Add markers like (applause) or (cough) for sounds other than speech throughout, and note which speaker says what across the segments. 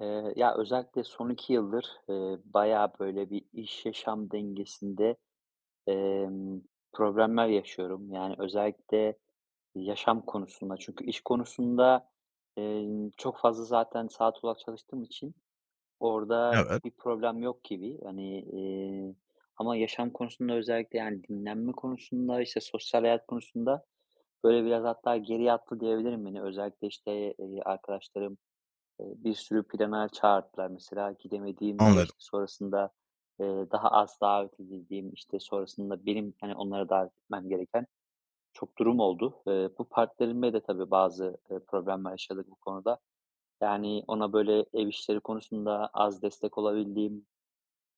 Speaker 1: Ya, özellikle son 2 yıldır, bayağı, böyle, bir iş yaşam dengesinde, emm, problemler yaşıyorum. Yani, özellikle yaşam konusunda. Çünkü iş konusunda, çok fazla zaten saat olarak çalıştığım için orada
Speaker 2: Evet,
Speaker 1: bir problem yok gibi. Hani, ama yaşam konusunda özellikle, yani, dinlenme konusunda, işte, sosyal hayat konusunda, böyle, biraz hatta geriye attı diyebilirim beni. Özellikle, işte, arkadaşlarım, bir sürü plana çağırdılar mesela. Gidemediğim ve,
Speaker 2: anladım.
Speaker 1: işte, sonrasında, daha az davet edildiğim, işte, sonrasında benim, hani, onlara davet etmem gereken çok durum oldu. Bu partnerimle de tabii bazı, problemler yaşadık bu konuda. Yani, ona, böyle, ev işleri konusunda az destek olabildiğim,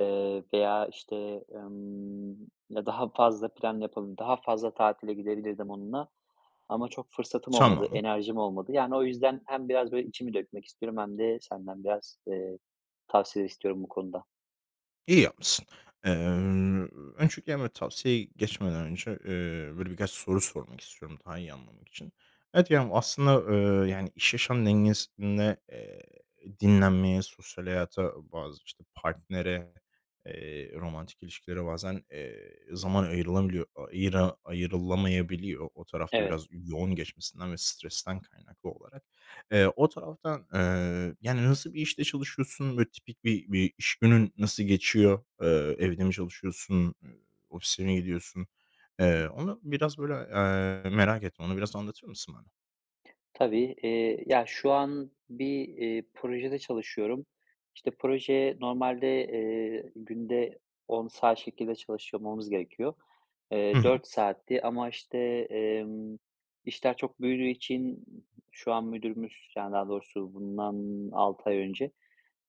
Speaker 1: veya, işte, emm, ya, daha fazla plan yapalım, daha fazla tatile gidebilirdim onunla. Ama çok fırsatım olmadı,
Speaker 2: Tamam,
Speaker 1: enerjim olmadı. Yani, o yüzden hem biraz böyle içimi dökmek istiyorum hem de senden biraz, tavsiye istiyorum bu konuda.
Speaker 2: iyi yapmışsın. Eee, Öncelikle hemen tavsiyeye geçmeden önce, böyle, birkaç soru sormak istiyorum daha iyi anlamak için. Evet, yani, aslında, yani, iş yaşam dengesinde, dinlenmeye, sosyal hayata, bazı, işte, partnere, romantik ilişkilere bazen, zaman ayrılamıyor ayıra ayrılamayabiliyor. O tarafta
Speaker 1: Evet.
Speaker 2: biraz yoğun geçmesinden ve stresten kaynaklı olarak. O taraftan, yani, nasıl bir işte çalışıyorsun? Böyle tipik bir iş günün nasıl geçiyor? Evde mi çalışıyorsun? Ofise mi gidiyorsun?
Speaker 1: Hı hı.
Speaker 2: Onu biraz böyle, merak ettim. Onu biraz anlatır mısın bana?
Speaker 1: Tabii. Ya, şu an bir, projede çalışıyorum. İşte, proje normalde, günde 10 saat şekilde çalışmamız gerekiyor.
Speaker 2: Hı hı.
Speaker 1: 4 saatti ama, işte, emm, işler çok büyüdüğü için şu an müdürümüz, yani, daha doğrusu bundan 6 ay önce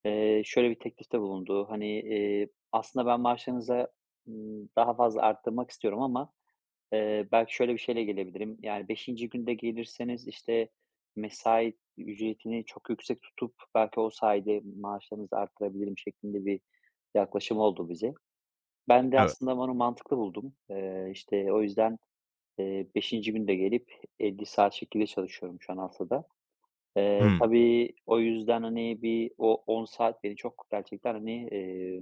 Speaker 1: Şöyle bir teklifte bulundu. Hani, aslında ben maaşlarınıza, daha fazla arttırmak istiyorum ama, belki şöyle bir şeyle gelebilirim. Yani beşinci günde gelirseniz, işte, mesai ücretini çok yüksek tutup belki o sayede maaşlarınızı arttırabilirim şeklinde bir yaklaşım oldu bize. Ben de
Speaker 2: Evet.
Speaker 1: aslında onu mantıklı buldum. İşte, o yüzden, 5. günde gelip 50 saat şekilde çalışıyorum şu an haftada. Eee,
Speaker 2: Hımm.
Speaker 1: tabii o yüzden, hani, bir o 10 saat beni çok gerçekten, hani,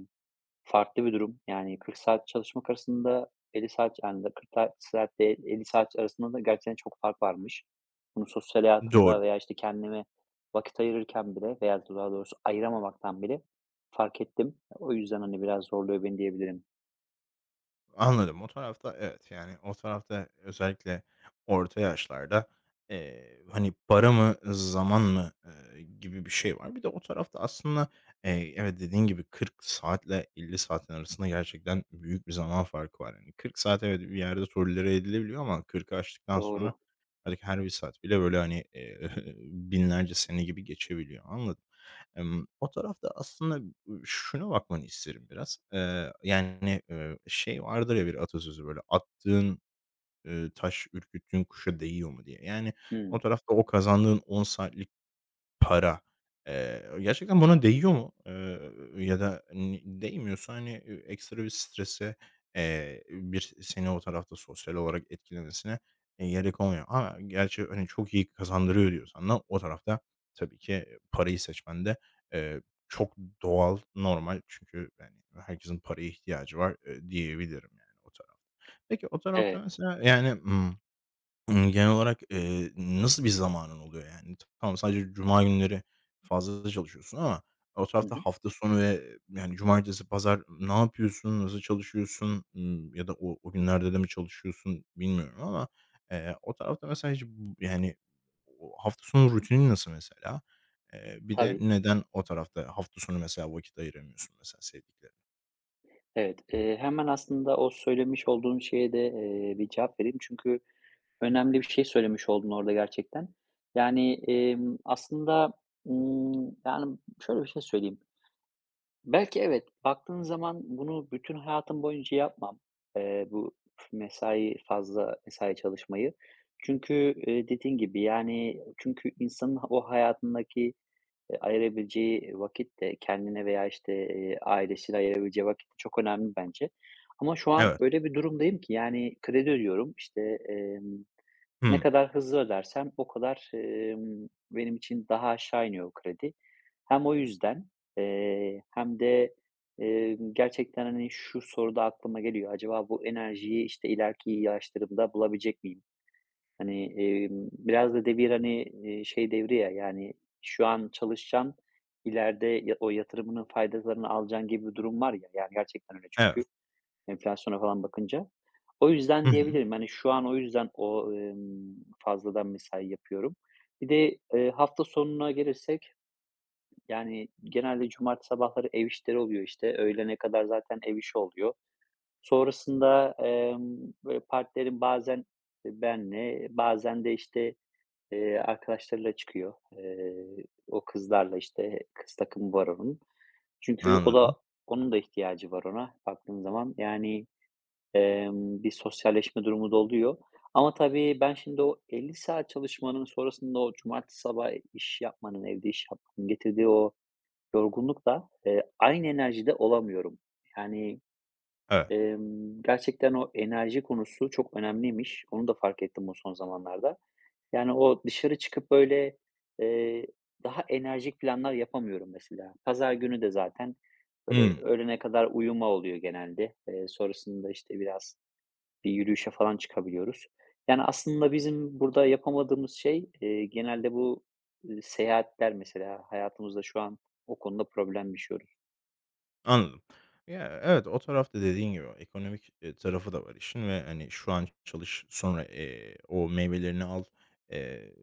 Speaker 1: farklı bir durum. Yani 40 saat çalışmak arasında 50 saat, yani, 40 ta saat ile 50 saat arasında da gerçekten çok fark varmış. Bunu sosyal
Speaker 2: Doğru.
Speaker 1: hayatımda veya, işte, kendime vakit ayırırken bile veya daha doğrusu ayıramamaktan bile fark ettim. O yüzden, hani, biraz zorluyor beni diyebilirim.
Speaker 2: Anladım. O tarafta evet, yani, o tarafta özellikle orta yaşlarda, hani, para mı, zaman mı, gibi bir şey var. Bir de o tarafta aslında, evet, dediğin gibi 40 saatle 50 saatin arasında gerçekten büyük bir zaman farkı var. Yani 40 saat evet, bir yerde tolere edilebiliyor ama 40'ı aştıktan sonra
Speaker 1: Doğru.
Speaker 2: artık her bir saat bile, böyle, hani, (laughs) binlerce sene gibi geçebiliyor. Anladım. O tarafta aslında, şuna bakmanı isterim biraz. Yani, şey vardır ya bir atasözü böyle, "Attığın, taş ürküttüğün kuşa değiyor mu?" diye. Yani o
Speaker 1: Hımm.
Speaker 2: tarafta o kazandığın 10 saatlik para. Gerçekten buna değiyor mu? Ya da ni değmiyorsa, hani, ekstra bir strese, bir seni o tarafta sosyal olarak etkilemesine, gerek olmuyor ama gerçi, hani, çok iyi kazandırıyor diyorsan da o tarafta tabii ki, parayı seçmen de, eee, çok doğal, normal çünkü, yani, herkesin paraya ihtiyacı var, diyebilirim, yani, o tarafta. Peki o tarafta
Speaker 1: Evet.
Speaker 2: mesela, yani, genel olarak, nasıl bir zamanın oluyor yani? Tamam, sadece cuma günleri fazla çalışıyorsun ama o
Speaker 1: Hı
Speaker 2: tarafta
Speaker 1: hı.
Speaker 2: hafta sonu ve yani cumartesi, pazar ne yapıyorsun? Nasıl çalışıyorsun? Ya da o günlerde de mi çalışıyorsun bilmiyorum ama, o tarafta mesela hiç bu yani o hafta sonu rutinin nasıl mesela? Bir de
Speaker 1: Tabii.
Speaker 2: neden o tarafta hafta sonu mesela vakit ayıramıyorsun mesela sevdiklerine?
Speaker 1: Evet. Hemen aslında o söylemiş olduğun şeye de, bir cevap vereyim. Çünkü önemli bir şey söylemiş oldun orada gerçekten. Yani, aslında, yani, şöyle bir şey söyleyeyim. Belki evet, baktığın zaman bunu bütün hayatım boyunca yapmam. Bu fazla mesai çalışmayı. Çünkü, dediğin gibi, yani, çünkü insanın o hayatındaki, ayırabileceği vakit de kendine veya, işte, ailesine ayırabileceği vakit de çok önemli bence. Ama şu an
Speaker 2: Evet.
Speaker 1: öyle bir durumdayım ki, yani, kredi ödüyorum, işte, emm ne
Speaker 2: Hımm.
Speaker 1: kadar hızlı ödersem o kadar, benim için daha aşağı iniyor o kredi. Hem o yüzden, hem de, gerçekten, hani, şu soru da aklıma geliyor. Acaba bu enerjiyi, işte, ileriki yaşlarımda bulabilecek miyim? Hani, biraz da devir, hani, şey devri ya, yani, şu an çalışacaksın, ileride ya o yatırımının faydalarını alacaksın gibi bir durum var ya. Yani, gerçekten öyle
Speaker 2: Evet.
Speaker 1: çünkü. Enflasyona falan bakınca. O
Speaker 2: Hı
Speaker 1: yüzden
Speaker 2: hı.
Speaker 1: diyebilirim. Hani, şu an o yüzden o, fazladan mesai yapıyorum. Bir de, hafta sonuna gelirsek, yani, genelde cumartesi sabahları ev işleri oluyor, işte. Öğlene kadar zaten ev işi oluyor. Sonrasında, böyle partnerim bazen, benle, bazen de, işte, arkadaşlarıyla çıkıyor. O kızlarla, işte, kız takımı var onun. Çünkü o da
Speaker 2: Anladım.
Speaker 1: onun da ihtiyacı var ona baktığın zaman. Yani, bir sosyalleşme durumu da oluyor. Ama tabii ben şimdi o 50 saat çalışmanın sonrasında o cumartesi sabahı iş yapmanın, evde iş yapmanın getirdiği o yorgunlukla, aynı enerjide olamıyorum. Yani,
Speaker 2: Evet.
Speaker 1: gerçekten o enerji konusu çok önemliymiş. Onu da fark ettim bu son zamanlarda. Yani o dışarı çıkıp böyle, eee, daha enerjik planlar yapamıyorum mesela. Pazar günü de zaten böyle
Speaker 2: Hımm.
Speaker 1: öğlene kadar uyuma oluyor genelde. Sonrasında, işte, biraz bir yürüyüşe falan çıkabiliyoruz. Yani, aslında bizim burada yapamadığımız şey, genelde bu, seyahatler mesela. Hayatımızda şu an o konuda problem yaşıyoruz.
Speaker 2: Anladım. Ya, evet, o tarafta dediğin gibi ekonomik, tarafı da var işin ve, hani, şu an çalış, sonra, o meyvelerini al, eee,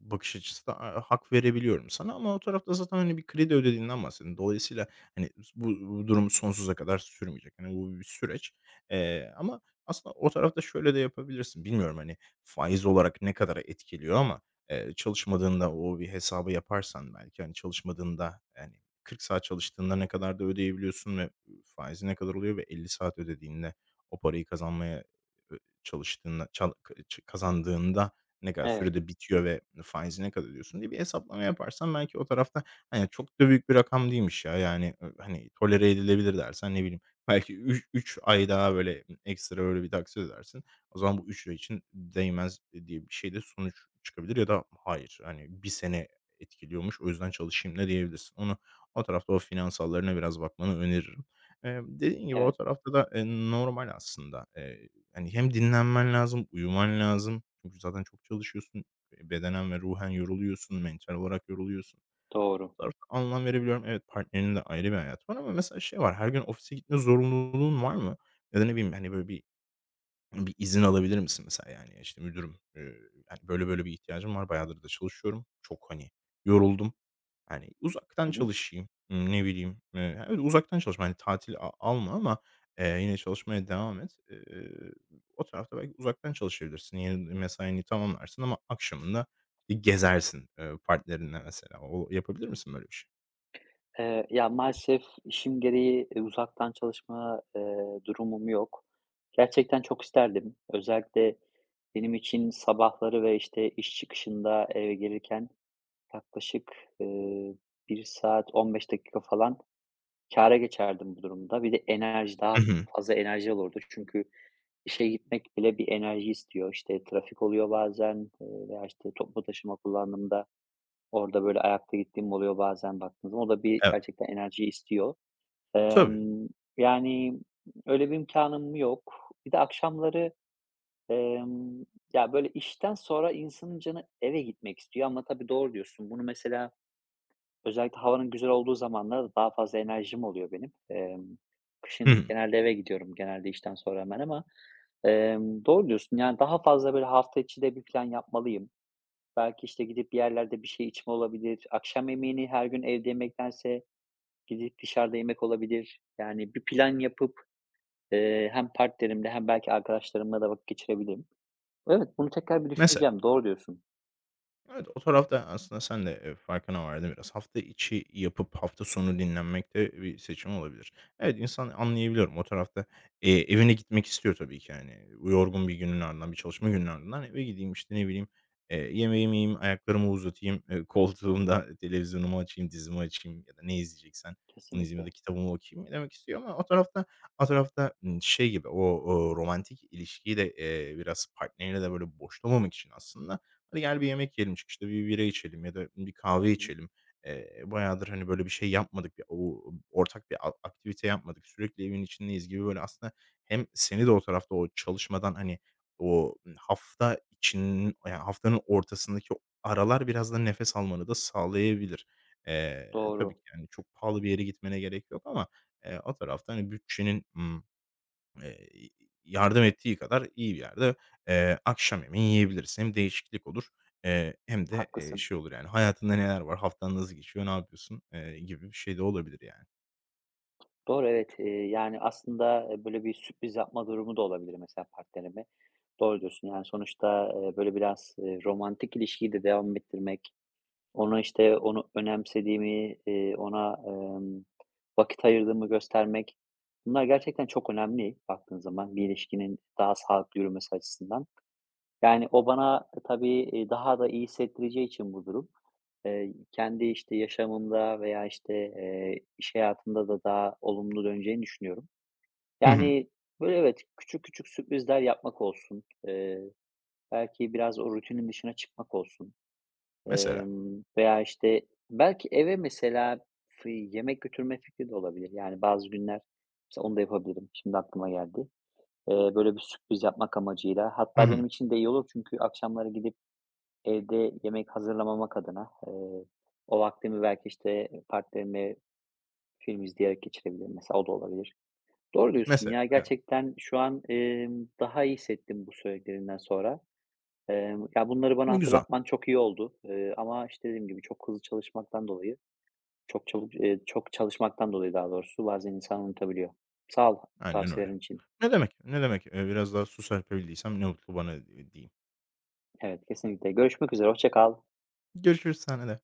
Speaker 2: bakış açısı da hak verebiliyorum sana ama o tarafta zaten, hani, bir kredi ödediğinden bahsettin. Dolayısıyla, hani, bu durum sonsuza kadar sürmeyecek. Hani, bu bir süreç, ama aslında o tarafta şöyle de yapabilirsin. Bilmiyorum, hani, faiz olarak ne kadar etkiliyor ama, çalışmadığında o bir hesabı yaparsan belki, hani, çalışmadığında, yani, 40 saat çalıştığında ne kadar da ödeyebiliyorsun ve faizi ne kadar oluyor ve 50 saat ödediğinde o parayı kazanmaya ö çalıştığında çal ç kazandığında ne kadar
Speaker 1: Evet,
Speaker 2: sürede bitiyor ve faizi ne kadar ödüyorsun diye bir hesaplama yaparsan belki o tarafta, hani, çok da büyük bir rakam değilmiş ya, yani, hani, tolere edilebilir dersen, ne bileyim, (laughs) belki 3 ay daha böyle ekstra böyle bir taksit ödersin. O zaman bu €3 için değmez diye bir şey de sonuç çıkabilir ya da hayır, hani, bir sene etkiliyormuş, o yüzden çalışayım ne diyebilirsin. O tarafta o finansallarına biraz bakmanı öneririm. Dediğin gibi o
Speaker 1: evet,
Speaker 2: tarafta da, normal aslında. Hani, hem dinlenmen lazım, uyuman lazım. Çünkü zaten çok çalışıyorsun. Bedenen ve ruhen yoruluyorsun, mental olarak yoruluyorsun. Bu
Speaker 1: doğru.
Speaker 2: tarafta anlam verebiliyorum. Evet, partnerinin de ayrı bir hayatı var ama mesela şey var, her gün ofise gitme zorunluluğun var mı? Ya da ne bileyim, hani, böyle bir izin alabilir misin mesela? Yani, işte, "Müdürüm, hani, böyle böyle bir ihtiyacım var. Bayağıdır da çalışıyorum. Çok, hani, yoruldum. Hani, uzaktan
Speaker 1: Hı hı.
Speaker 2: çalışayım, ne bileyim, evet, uzaktan çalışma, hani, tatil alma ama, yine çalışmaya devam et. O tarafta belki uzaktan çalışabilirsin. Yeni mesaini tamamlarsın ama akşamında bir gezersin, partnerinle mesela. O yapabilir misin böyle bir şey?
Speaker 1: Ya, maalesef işim gereği, uzaktan çalışma, durumum yok. Gerçekten çok isterdim. Özellikle benim için sabahları ve, işte, iş çıkışında eve gelirken yaklaşık, eee, 1 saat 15 dakika falan kâra geçerdim bu durumda. Bir de enerji,
Speaker 2: Hı
Speaker 1: daha
Speaker 2: hı.
Speaker 1: fazla enerji olurdu. Çünkü işe gitmek bile bir enerji istiyor. İşte trafik oluyor bazen, veya işte toplu taşıma kullandığımda orada böyle ayakta gittiğim oluyor bazen baktığınız zaman. O da bir
Speaker 2: Evet.
Speaker 1: gerçekten enerji istiyor.
Speaker 2: Tabii.
Speaker 1: Emm, yani öyle bir imkanım yok. Bir de akşamları, emm, ya, böyle işten sonra insanın canı eve gitmek istiyor ama tabii doğru diyorsun. Bunu mesela özellikle havanın güzel olduğu zamanlarda daha fazla enerjim oluyor benim.
Speaker 2: Hı
Speaker 1: Kışın
Speaker 2: hı.
Speaker 1: genelde eve gidiyorum, genelde işten sonra hemen ama, doğru diyorsun. Yani, daha fazla böyle hafta içi de bir plan yapmalıyım. Belki, işte, gidip bir yerlerde bir şey içme olabilir. Akşam yemeğini her gün evde yemektense gidip dışarıda yemek olabilir. Yani, bir plan yapıp, hem partnerimle hem belki arkadaşlarımla da vakit geçirebilirim. Evet, bunu tekrar bir
Speaker 2: Mesela.
Speaker 1: düşüneceğim. Doğru diyorsun.
Speaker 2: Evet, o tarafta aslında sen de, farkına vardın biraz. Hafta içi yapıp hafta sonu dinlenmek de bir seçim olabilir. Evet, insan anlayabiliyorum o tarafta, evine gitmek istiyor tabii ki, yani bu yorgun bir günün ardından, bir çalışma gününün ardından eve gideyim, işte, ne bileyim, yemeğimi yiyeyim, ayaklarımı uzatayım, (laughs) koltuğumda televizyonumu açayım, dizimi açayım ya da ne izleyeceksen onu izleyeyim ya da
Speaker 1: Kesinlikle.
Speaker 2: kitabımı okuyayım demek istiyor ama o tarafta, şey gibi o, romantik ilişkiyi de, biraz partnerine de böyle boşlamamak için aslında hadi gel bir yemek yiyelim çıkışta bir bira içelim ya da bir kahve
Speaker 1: Hı hı.
Speaker 2: içelim. Bayağıdır hani böyle bir şey yapmadık. Bir o ortak bir aktivite yapmadık. Sürekli evin içindeyiz gibi böyle aslında hem seni de o tarafta o çalışmadan hani o hafta için ya haftanın ortasındaki o aralar biraz da nefes almanı da sağlayabilir. Tabii
Speaker 1: Doğru,
Speaker 2: ki yani çok pahalı bir yere gitmene gerek yok ama, o tarafta hani bütçenin, Eee, yardım ettiği kadar iyi bir yerde, akşam yemeği yiyebiliriz. Hem değişiklik olur, hem de,
Speaker 1: haklısın.
Speaker 2: şey olur yani hayatında neler var, haftan nasıl geçiyor, ne yapıyorsun, gibi bir şey de olabilir yani.
Speaker 1: Doğru, evet. Yani, aslında, böyle bir sürpriz yapma durumu da olabilir mesela partnerime. Doğru diyorsun, yani, sonuçta, böyle biraz, romantik ilişkiyi de devam ettirmek, ona, işte, onu önemsediğimi, ona, vakit ayırdığımı göstermek, bunlar gerçekten çok önemli baktığın zaman bir ilişkinin daha sağlıklı yürümesi açısından. Yani, o bana, tabii, daha da iyi hissettireceği için bu durum, kendi, işte, yaşamımda veya, işte, iş hayatımda da daha olumlu döneceğini düşünüyorum.
Speaker 2: Hı hı.
Speaker 1: Yani, böyle, evet, küçük küçük sürprizler yapmak olsun, belki biraz o rutinin dışına çıkmak olsun,
Speaker 2: Mesela.
Speaker 1: veya, işte, belki eve mesela yemek götürme fikri de olabilir. Yani, bazı günler mesela onu da yapabilirim, şimdi aklıma geldi. Böyle bir sürpriz yapmak amacıyla
Speaker 2: Hı
Speaker 1: hatta
Speaker 2: hı.
Speaker 1: benim için de iyi olur çünkü akşamları gidip evde yemek hazırlamamak adına, o vaktimi belki, işte, partnerimle film izleyerek geçirebilirim mesela, o da olabilir. Doğru diyorsun
Speaker 2: Mesela,
Speaker 1: ya.
Speaker 2: evet.
Speaker 1: Gerçekten şu an, daha iyi hissettim bu söylediklerinden sonra. Ya, bunları bana
Speaker 2: Ne güzel.
Speaker 1: hatırlatman çok iyi oldu. Ama, işte, dediğim gibi çok hızlı çalışmaktan dolayı, çok çalışmaktan dolayı daha doğrusu bazen insan unutabiliyor. Sağ ol
Speaker 2: Aynen öyle.
Speaker 1: tavsiyelerin için.
Speaker 2: Ne demek, ne demek. Biraz daha su serpebildiysem ne mutlu bana, diyeyim.
Speaker 1: Evet, kesinlikle. Görüşmek üzere, hoşça kal.
Speaker 2: Görüşürüz, sana da.